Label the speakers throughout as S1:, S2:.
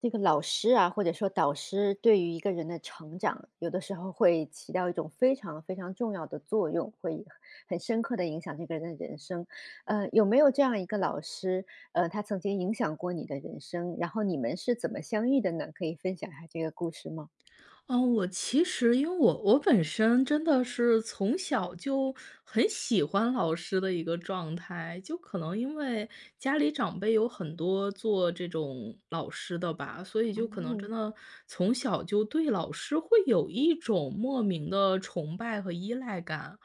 S1: 这个老师啊，或者说导师对于一个人的成长，有的时候会起到一种非常重要的作用，会很深刻的影响这个人的人生。有没有这样一个老师，他曾经影响过你的人生，然后你们是怎么相遇的呢？可以分享一下这个故事吗？
S2: 嗯，我其实因为我本身真的是从小就很喜欢老师的一个状态，就可能因为家里长辈有很多做这种老师的吧，所以就可能真
S1: 嗯，
S2: 的从小就对老师会有一种莫名的崇拜和依赖感。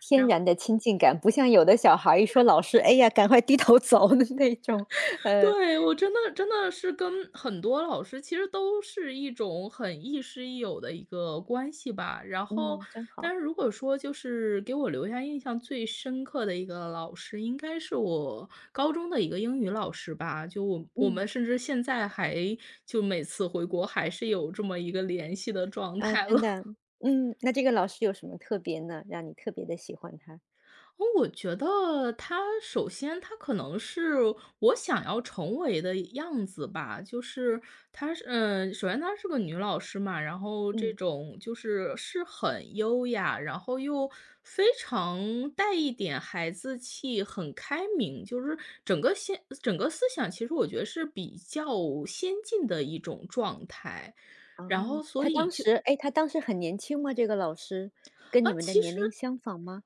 S1: 天
S2: 然后。
S1: 然的亲近感，不像有的小孩儿一说老师，哎呀，赶快低头走的 那种。呃，
S2: 对，我真的真的是跟很多老师其实都是一种很亦师亦友的一个关系吧。然后，
S1: 嗯，真好。
S2: 但是如果说就是给我留下印象最深刻的一个老师，应该是我高中的一个英语老师吧。就我我
S1: 嗯。
S2: 们甚至现在还就每次回国还是有这么一个联系的状
S1: 啊，
S2: 态
S1: 真
S2: 了。
S1: 的。嗯，那这个老师有什么特别呢，让你特别的喜欢他？
S2: 哦，我觉得她首先她可能是我想要成为的样子吧，就是她是嗯，首先她是个女老师嘛，然后这
S1: 嗯。
S2: 种就是很优雅，然后又非常带一点孩子气，很开明，就是整个思想其实我觉得是比较先进的一种状态，然后
S1: 哦，
S2: 所
S1: 他
S2: 以
S1: 当
S2: 就
S1: 时，哎，他当时很年轻吗？这个老师，跟
S2: 啊，
S1: 你们的
S2: 其
S1: 年龄
S2: 实。
S1: 相仿吗？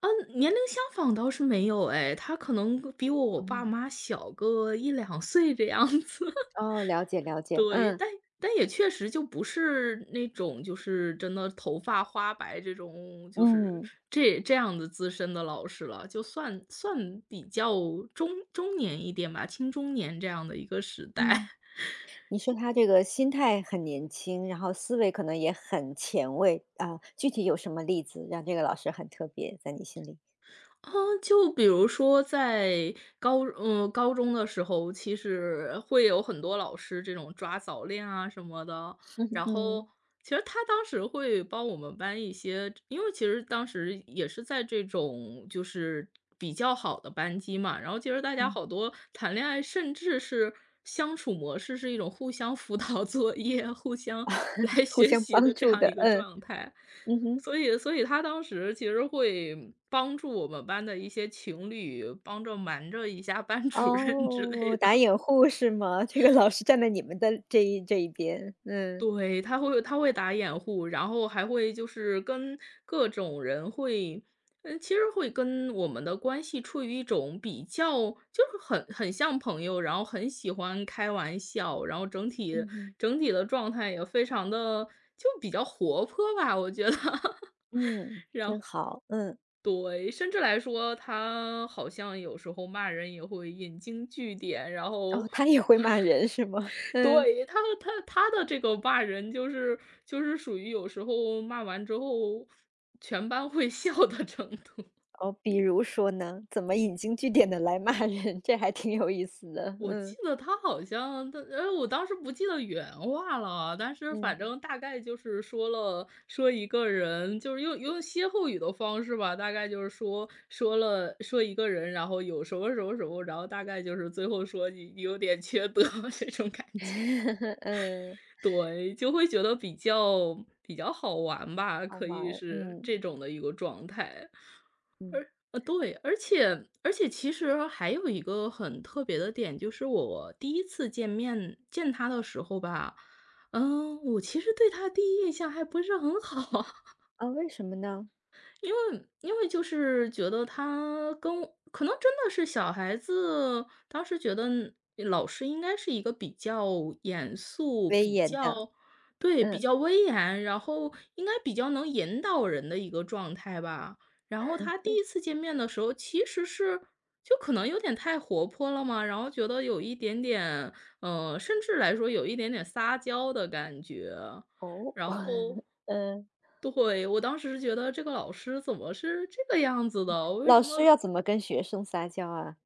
S2: 嗯，年龄相仿倒是没有哎，他可能比我
S1: 哦。
S2: 爸妈小个一两岁这样子。
S1: 哦，了解了解。
S2: 对，
S1: 嗯。
S2: 但也确实就不是那种就是真的头发花白这种，就是
S1: 嗯。
S2: 这样的资深的老师了，就算比较中年一点吧，青中年这样的一个时代。
S1: 嗯，你说他这个心态很年轻，然后思维可能也很前卫，啊，具体有什么例子让这个老师很特别在你心里？
S2: 啊，就比如说在高中的时候，其实会有很多老师这种抓早恋啊什么的。然后
S1: 嗯。
S2: 其实他当时会帮我们班一些因为其实当时也是在这种就是比较好的班级嘛，然后其实大家
S1: 嗯。
S2: 好多谈恋爱，甚至是相处模式是一种互相辅导作业、互相来
S1: 互
S2: 学
S1: 相
S2: 习的
S1: 帮
S2: 这
S1: 助
S2: 样
S1: 的。
S2: 一个
S1: 嗯。
S2: 状态。
S1: 嗯哼。
S2: 所以他当时其实会帮助我们班的一些情侣，帮着瞒着一下班主任之类
S1: 哦，
S2: 的。
S1: 打 掩护是吗？这个老师站在你们的这一边。嗯。
S2: 对，他会打掩护，然后还会就是跟各种人其实会跟我们的关系处于一种比较，就是很像朋友，然后很喜欢开玩笑，然后整
S1: 嗯
S2: 体
S1: 哼。
S2: 整体的状态也非常的就比较活泼吧，我觉得。
S1: 嗯，真好。嗯。
S2: 对，甚至来说，他好像有时候骂人也会引经据典，然后
S1: 哦，他也会骂人是吗？嗯。
S2: 对，他的这个骂人就是属于有时候骂完之后全班会笑的程度。
S1: 哦，比如说呢？怎么引经据典的来骂人，这还挺有意思的。
S2: 我记
S1: 嗯。
S2: 得他好像我当时不记得原话了啊，但是反
S1: 嗯
S2: 正大概就是说了说一个人，就是用歇后语的方式吧，大概就是说了说一个人，然后有什么什么什么，然后大概就是最后说你有点缺德 这种感觉，
S1: 嗯。
S2: 对，就会觉得比较好玩吧，
S1: 好
S2: 可
S1: 玩
S2: 以
S1: 儿。
S2: 是
S1: 嗯。
S2: 这种的一个状态。
S1: 嗯。
S2: 对，而且其实还有一个很特别的点，就是我第一次见他的时候吧，我其实对他第一印象还不是很好，
S1: 啊，为什么呢？
S2: 因为就是觉得他跟我可能真的是小孩子，当时觉得老师应该是一个比较严肃、
S1: 威严的。
S2: 对，比
S1: 嗯。
S2: 较威严，然后应该比较能引导人的一个状态吧。然后他第一次见面的时候，其实是就可能有点太活泼了嘛，然后觉得有一点点，甚至来说有一点点撒娇的感觉，
S1: 哦，
S2: 然 后
S1: 嗯，
S2: 对，我当时是觉得这个老师怎么是这个样子的？为什
S1: 老师
S2: 么？
S1: 要怎么跟学生撒娇啊？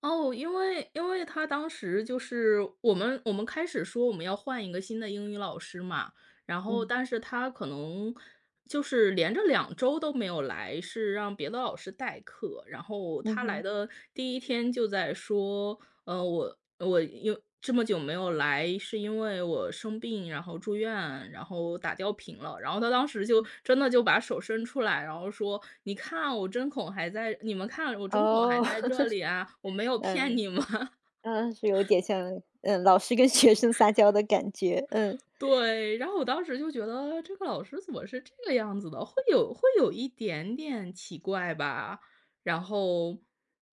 S2: 哦，因为他当时就是我们开始说我们要换一个新的英语老师嘛，然后
S1: 嗯。
S2: 但是他可能就是连着2周都没有来，是让别的老师代课。然后
S1: 嗯
S2: 他来
S1: 哼。
S2: 的第一天就在说，我因这么久没有来，是因为我生病，然后住院，然后打吊瓶了。然后他当时就真的就把手伸出来，然后说：“你看我针孔还在，你们看我针孔还
S1: 哦，
S2: 在这里啊，我没有 骗
S1: 嗯。
S2: 你们。”
S1: 嗯，是有点像，嗯，老师跟学生撒娇的感觉。嗯。
S2: 对，然后我当时就觉得这个老师怎么是这个样子的，会有一点点奇怪吧。然后，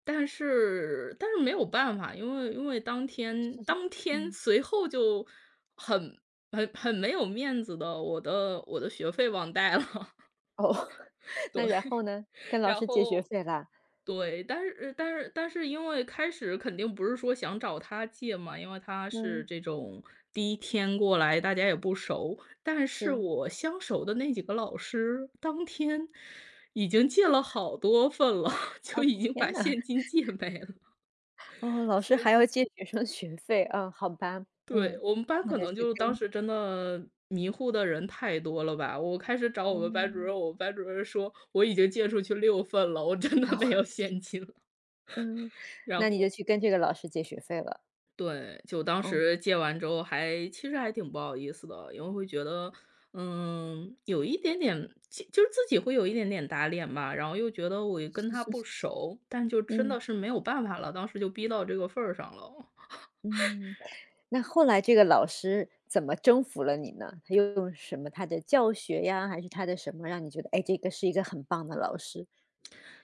S2: 但是没有办法，因为当天
S1: 嗯。
S2: 随后就很很没有面子的，我的学费忘带了，
S1: 哦，那
S2: 对。
S1: 然后呢？跟老
S2: 然
S1: 师借学
S2: 后
S1: 费啦？
S2: 对，但是因为开始肯定不是说想找他借嘛，因为他是
S1: 嗯。
S2: 这种第一天过来，大家也不熟。但是
S1: 是。
S2: 我相熟的那几个老师，当天已经借了好多份了，就
S1: 哦，
S2: 已经把
S1: 天呐。
S2: 现金借没了。
S1: 哦，老师还要借学生学费，啊，好吧。
S2: 对，
S1: 嗯，
S2: 我们班
S1: 然后你
S2: 可
S1: 就
S2: 能
S1: 去
S2: 就当
S1: 跟，
S2: 时真的迷糊的人太多了吧，我开始找我们班主
S1: 嗯，
S2: 任，我们班主任说：“我已经借出去6份了，我真的没有 现金了。”
S1: 嗯，
S2: 然
S1: 那你就
S2: 后
S1: 去跟这个老师借学费了。
S2: 对，就当
S1: 哦。
S2: 时戒完之后还其实还挺不好意思的，因为会觉得，嗯，有一点点，就是自己会有一点点打脸吧，然后又觉得我跟他不熟，但就真
S1: 嗯。
S2: 的是没有办法了，当时就逼到这个份儿上了。
S1: 嗯，那后来这个老师怎么征服了你呢？他又用什么他的教学呀，还是他的什么让你觉得，哎，这个是一个很棒的老师？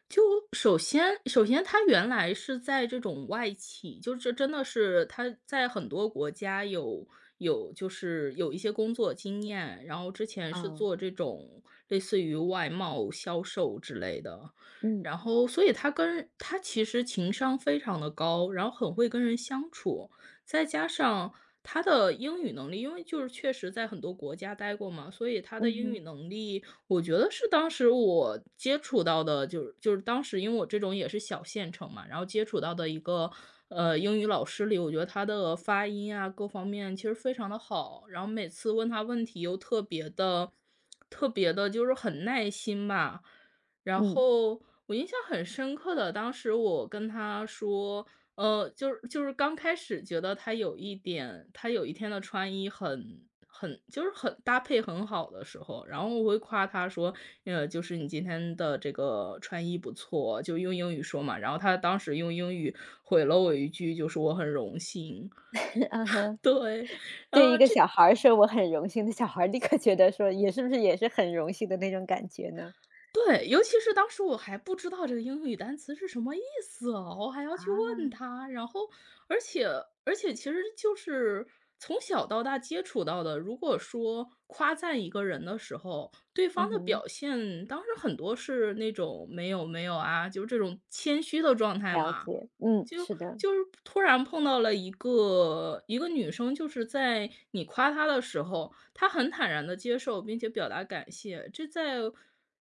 S2: 就首先他原来是在这种外企，就是真的是他在很多国家有有就是有一些工作经验，然后之前是
S1: 啊？
S2: 做这种类似于外贸销售之类的，
S1: 嗯。
S2: 然后所以他其实情商非常的高，然后很会跟人相处，再加上他的英语能力，因为就是确实在很多国家待过嘛，所以他
S1: 嗯
S2: 的英语
S1: 哼。
S2: 能力我觉得是当时我接触到的，就是当时因为我这种也是小县城嘛，然后接触到的一个，英语老师里，我觉得他的发音啊，各方面其实非常的好，然后每次问他问题又特别的，就是很耐心吧。然
S1: 嗯
S2: 后我印象很深刻的，当时我跟他说就是刚开始觉得他有一点，他有一天的穿衣很很就是很搭配很好的时候，然后我会夸他说，就是你今天的这个穿衣不错，就用英语说嘛。然后他当时用英语回了我一句，就是我很荣幸。
S1: 啊哈，
S2: 对，
S1: 对一
S2: 呃，
S1: 个
S2: 这
S1: 小孩儿说我很荣幸的小孩儿立刻觉得说也是不是也是很荣幸的那种感觉呢？
S2: 对，尤其是当时我还不知道这个英语单词是什么意思哦，我还要去问
S1: 啊。
S2: 他。然后，而且其实就是从小到大接触到的，如果说夸赞一个人的时候，对方
S1: 嗯
S2: 的
S1: 哼。
S2: 表现，当时很多是那种没有没有啊，就是这种谦虚的状态
S1: 了
S2: 嘛。
S1: 解。嗯，
S2: 就
S1: 是的。
S2: 就是突然碰到了一个女生，就是在你夸她的时候，她很坦然的接受，并且表达感谢。这在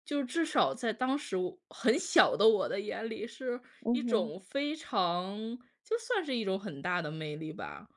S2: 至少在当时我很小的我的眼里，是
S1: 嗯
S2: 一
S1: 哼。
S2: 种非常就算是一种很大的魅力吧。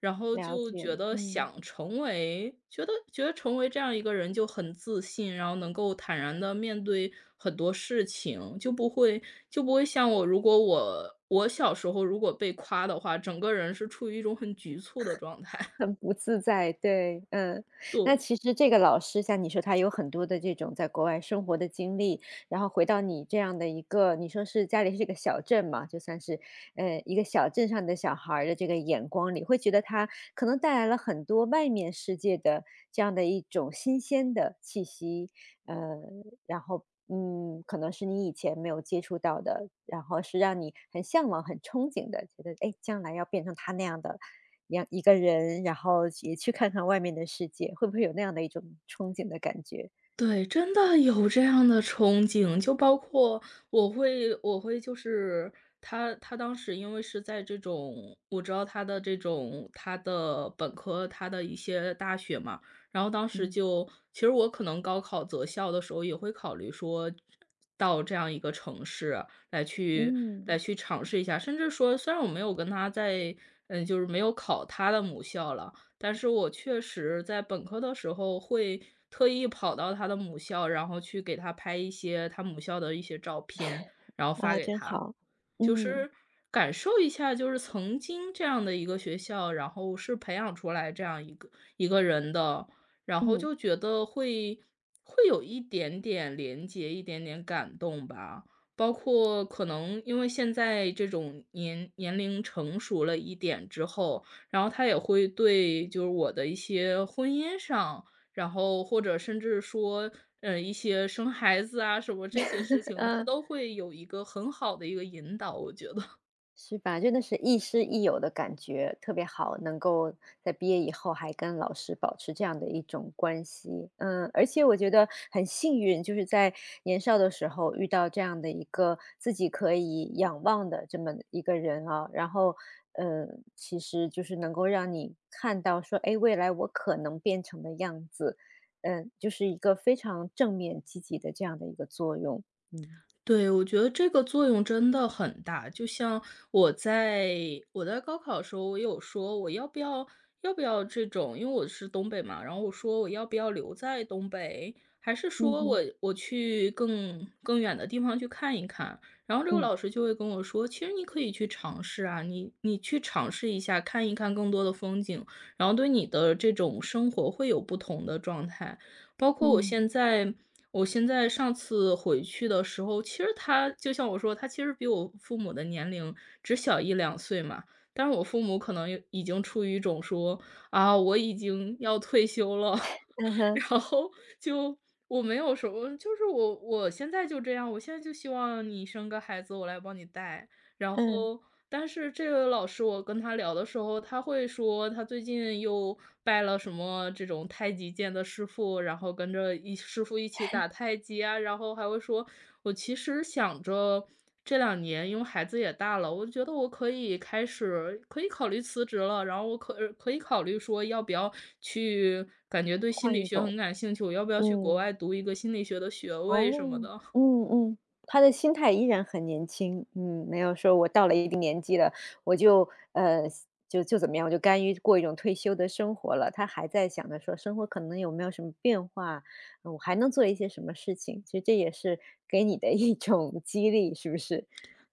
S2: 然后
S1: 了
S2: 就
S1: 解。
S2: 觉得
S1: 嗯。
S2: 想成为觉得成为这样一个人就很自信，然后能够坦然的面对很多事情，就不会像我如果我小时候如果被夸的话，整个人是处于一种很局促的状态，
S1: 很不自在，对。嗯。那
S2: 对。
S1: 其实这个老师像你说他有很多的这种在国外生活的经历，然后回到你这样的一个你说是家里是个小镇嘛，就算是，一个小镇上的小孩儿的这个眼光里，会觉得他可能带来了很多外面世界的这样的一种新鲜的气息，呃，然后，嗯，可能是你以前没有接触到的，然后是让你很向往、很憧憬的，觉得，哎，诶将来要变成他那样的两一个人，然后也去看看外面的世界，会不会有那样的一种憧憬的感觉？
S2: 对，真的有这样的憧憬，就包括我会就是他当时因为是在这种我知道他的本科，他的一些大学嘛，然后当时
S1: 嗯。
S2: 就其实我可能高考择校的时候也会考虑说到这样一个城市来
S1: 嗯。
S2: 去尝试一下，甚至说虽然我没有跟他就是没有考他的母校了。但是我确实在本科的时候会特意跑到他的母校，然后去给他拍一些他母校的一些照片，然后发
S1: 啊，
S2: 给
S1: 真
S2: 他。
S1: 好。
S2: 就
S1: 嗯。
S2: 是感受一下，就是曾经这样的一个学校，然后是培养出来这样一个一个人的，然后
S1: 嗯
S2: 就觉得会有一点点连接，一点点感动吧。包括可能因为现在这种年龄成熟了一点之后，然后他也会对就是我的一些婚姻上，然后或者甚至说，一些生孩子啊什么这些事 情，他
S1: 嗯。
S2: 都会有一个很好的一个引导，我觉得。
S1: 是吧？真的是亦师亦友的感觉，特别好，能够在毕业以后还跟老师保持这样的一种关系。嗯，而且我觉得很幸运，就是在年少的时候遇到这样的一个自己可以仰望的这么一个人啊，然后，嗯，其实就是能够让你看到说，哎，未来我可能变成的样子。嗯，就是一个非常正面积极的这样的一个作用。嗯。
S2: 对，我觉得这个作用真的很大。就像我在我在高考的时候，我有说我要不要要不要这种，因为我是东北嘛，然后我说我要不要留在东北，还是
S1: 嗯
S2: 说
S1: 哼。
S2: 我去更远的地方去看一看。然后这个
S1: 嗯。
S2: 老师就会跟我说，其实你可以去尝试啊，你去尝试一下，看一看更多的风景，然后对你的这种生活会有不同的状态。包括
S1: 嗯。
S2: 我现在上次回去的时候，其实他就像我说，他其实比我父母的年龄只小一两岁嘛，但是我父母可能有已经处于一种说：“啊，我已经要退休了。
S1: 嗯 哼。
S2: 然后就我没有什么就是我现在就这样，我现在就希望你生个孩子，我来帮你带。然
S1: 嗯。
S2: 后，但是这个老师我跟他聊的时候，他会说他最近又拜了什么这种太极剑的师傅，然后跟着一师傅一起打太极啊，然后还会说，我其实想着这两年，因为孩子也大了，我觉得我可以开始可以考虑辞职了，然后我可以考虑说要不要去，感觉对心
S1: 换
S2: 理
S1: 一
S2: 学很
S1: 种。
S2: 感兴趣，我要不要去国
S1: 嗯。
S2: 外读一个心理学的学位什
S1: 哦。
S2: 么的。
S1: 嗯，嗯，他的心态依然很年轻，嗯，没有说我到了一定年纪了，我就，就怎么样，我就甘于过一种退休的生活了。他还在想着说生活可能有没有什么变化，我还能做一些什么事情。其实这也是给你的一种激励，是不是？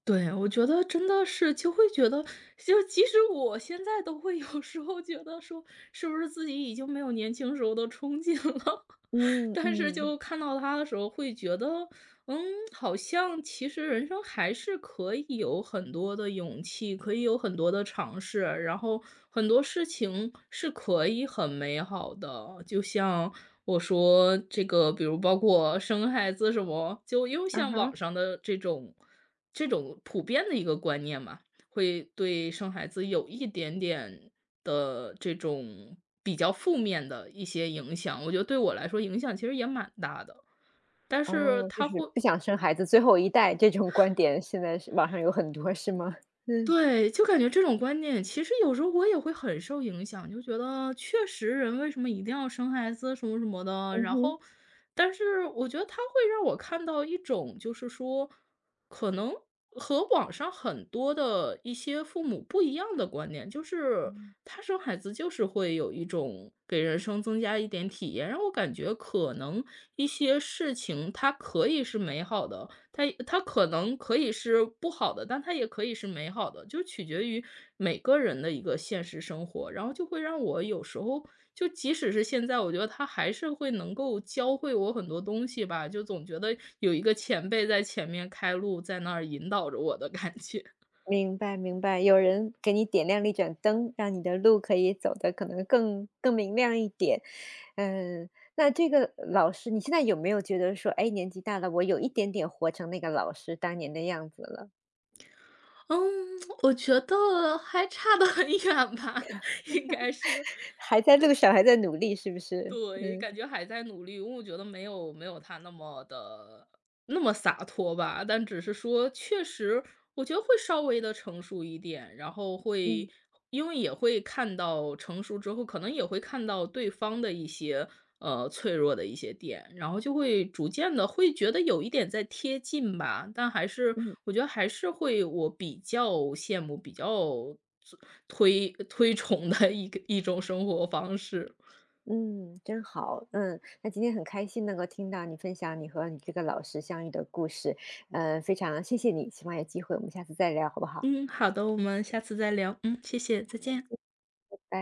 S2: 对，我觉得真的是就会觉得，就其实我现在都会有时候觉得说，是不是自己已经没有年轻时候的冲劲了？
S1: 嗯
S2: 但是
S1: 嗯。
S2: 就看到他的时候会觉得，嗯，好像其实人生还是可以有很多的勇气，可以有很多的尝试，然后很多事情是可以很美好的。就像我说这个，比如包括生孩子什么，就又
S1: 啊
S2: 像网
S1: 哈。
S2: 上的这种普遍的一个观念嘛，会对生孩子有一点点的这种比较负面的一些影响，我觉得对我来说影响其实也蛮大的。但是
S1: 哦，就
S2: 它
S1: 是
S2: 会
S1: 不想生孩子最后一代这种观点，现在是网上有很多，是吗？嗯。
S2: 对，就感觉这种观念，其实有时候我也会很受影响，就觉得确实人为什么一定要生孩子什么什么的，
S1: 嗯
S2: 然
S1: 哼。
S2: 后，但是我觉得他会让我看到一种，就是说，可能和网上很多的一些父母不一样的观念，就是他生孩子就是会有一种给人生增加一点体验，让我感觉可能一些事情它可以是美好的，它可能可以是不好的，但它也可以是美好的，就取决于每个人的一个现实生活。然后就会让我有时候就即使是现在，我觉得它还是会能够教会我很多东西吧，就总觉得有一个前辈在前面开路，在那儿引导着我的感觉。
S1: 明白明白，有人给你点亮了一盏灯，让你的路可以走得可能更明亮一点。嗯，那这个老师，你现在有没有觉得说，哎，年纪大了，我有一点点活成那个老师当年的样子了。
S2: 嗯，我觉得还差得很远吧，应该是。
S1: 还在路上，还在努力，是不是？
S2: 对，
S1: 嗯。
S2: 感觉还在努力，因为我觉得没有他那么的那么洒脱吧，但只是说确实，我觉得会稍微的成熟一点，然后会
S1: 嗯。
S2: 因为也会看到成熟之后，可能也会看到对方的一些，脆弱的一些点，然后就会逐渐的会觉得有一点在贴近吧，但还是
S1: 嗯。
S2: 我觉得还是会我比较羡慕、比较推崇的一个一种生活方式。
S1: 嗯，真好。嗯，那今天很开心能够听到你分享你和你这个老师相遇的故事，非常谢谢你，希望有机会我们下次再聊，好不好？
S2: 嗯，好的，我们下次再聊。嗯，谢谢，再见。
S1: 拜。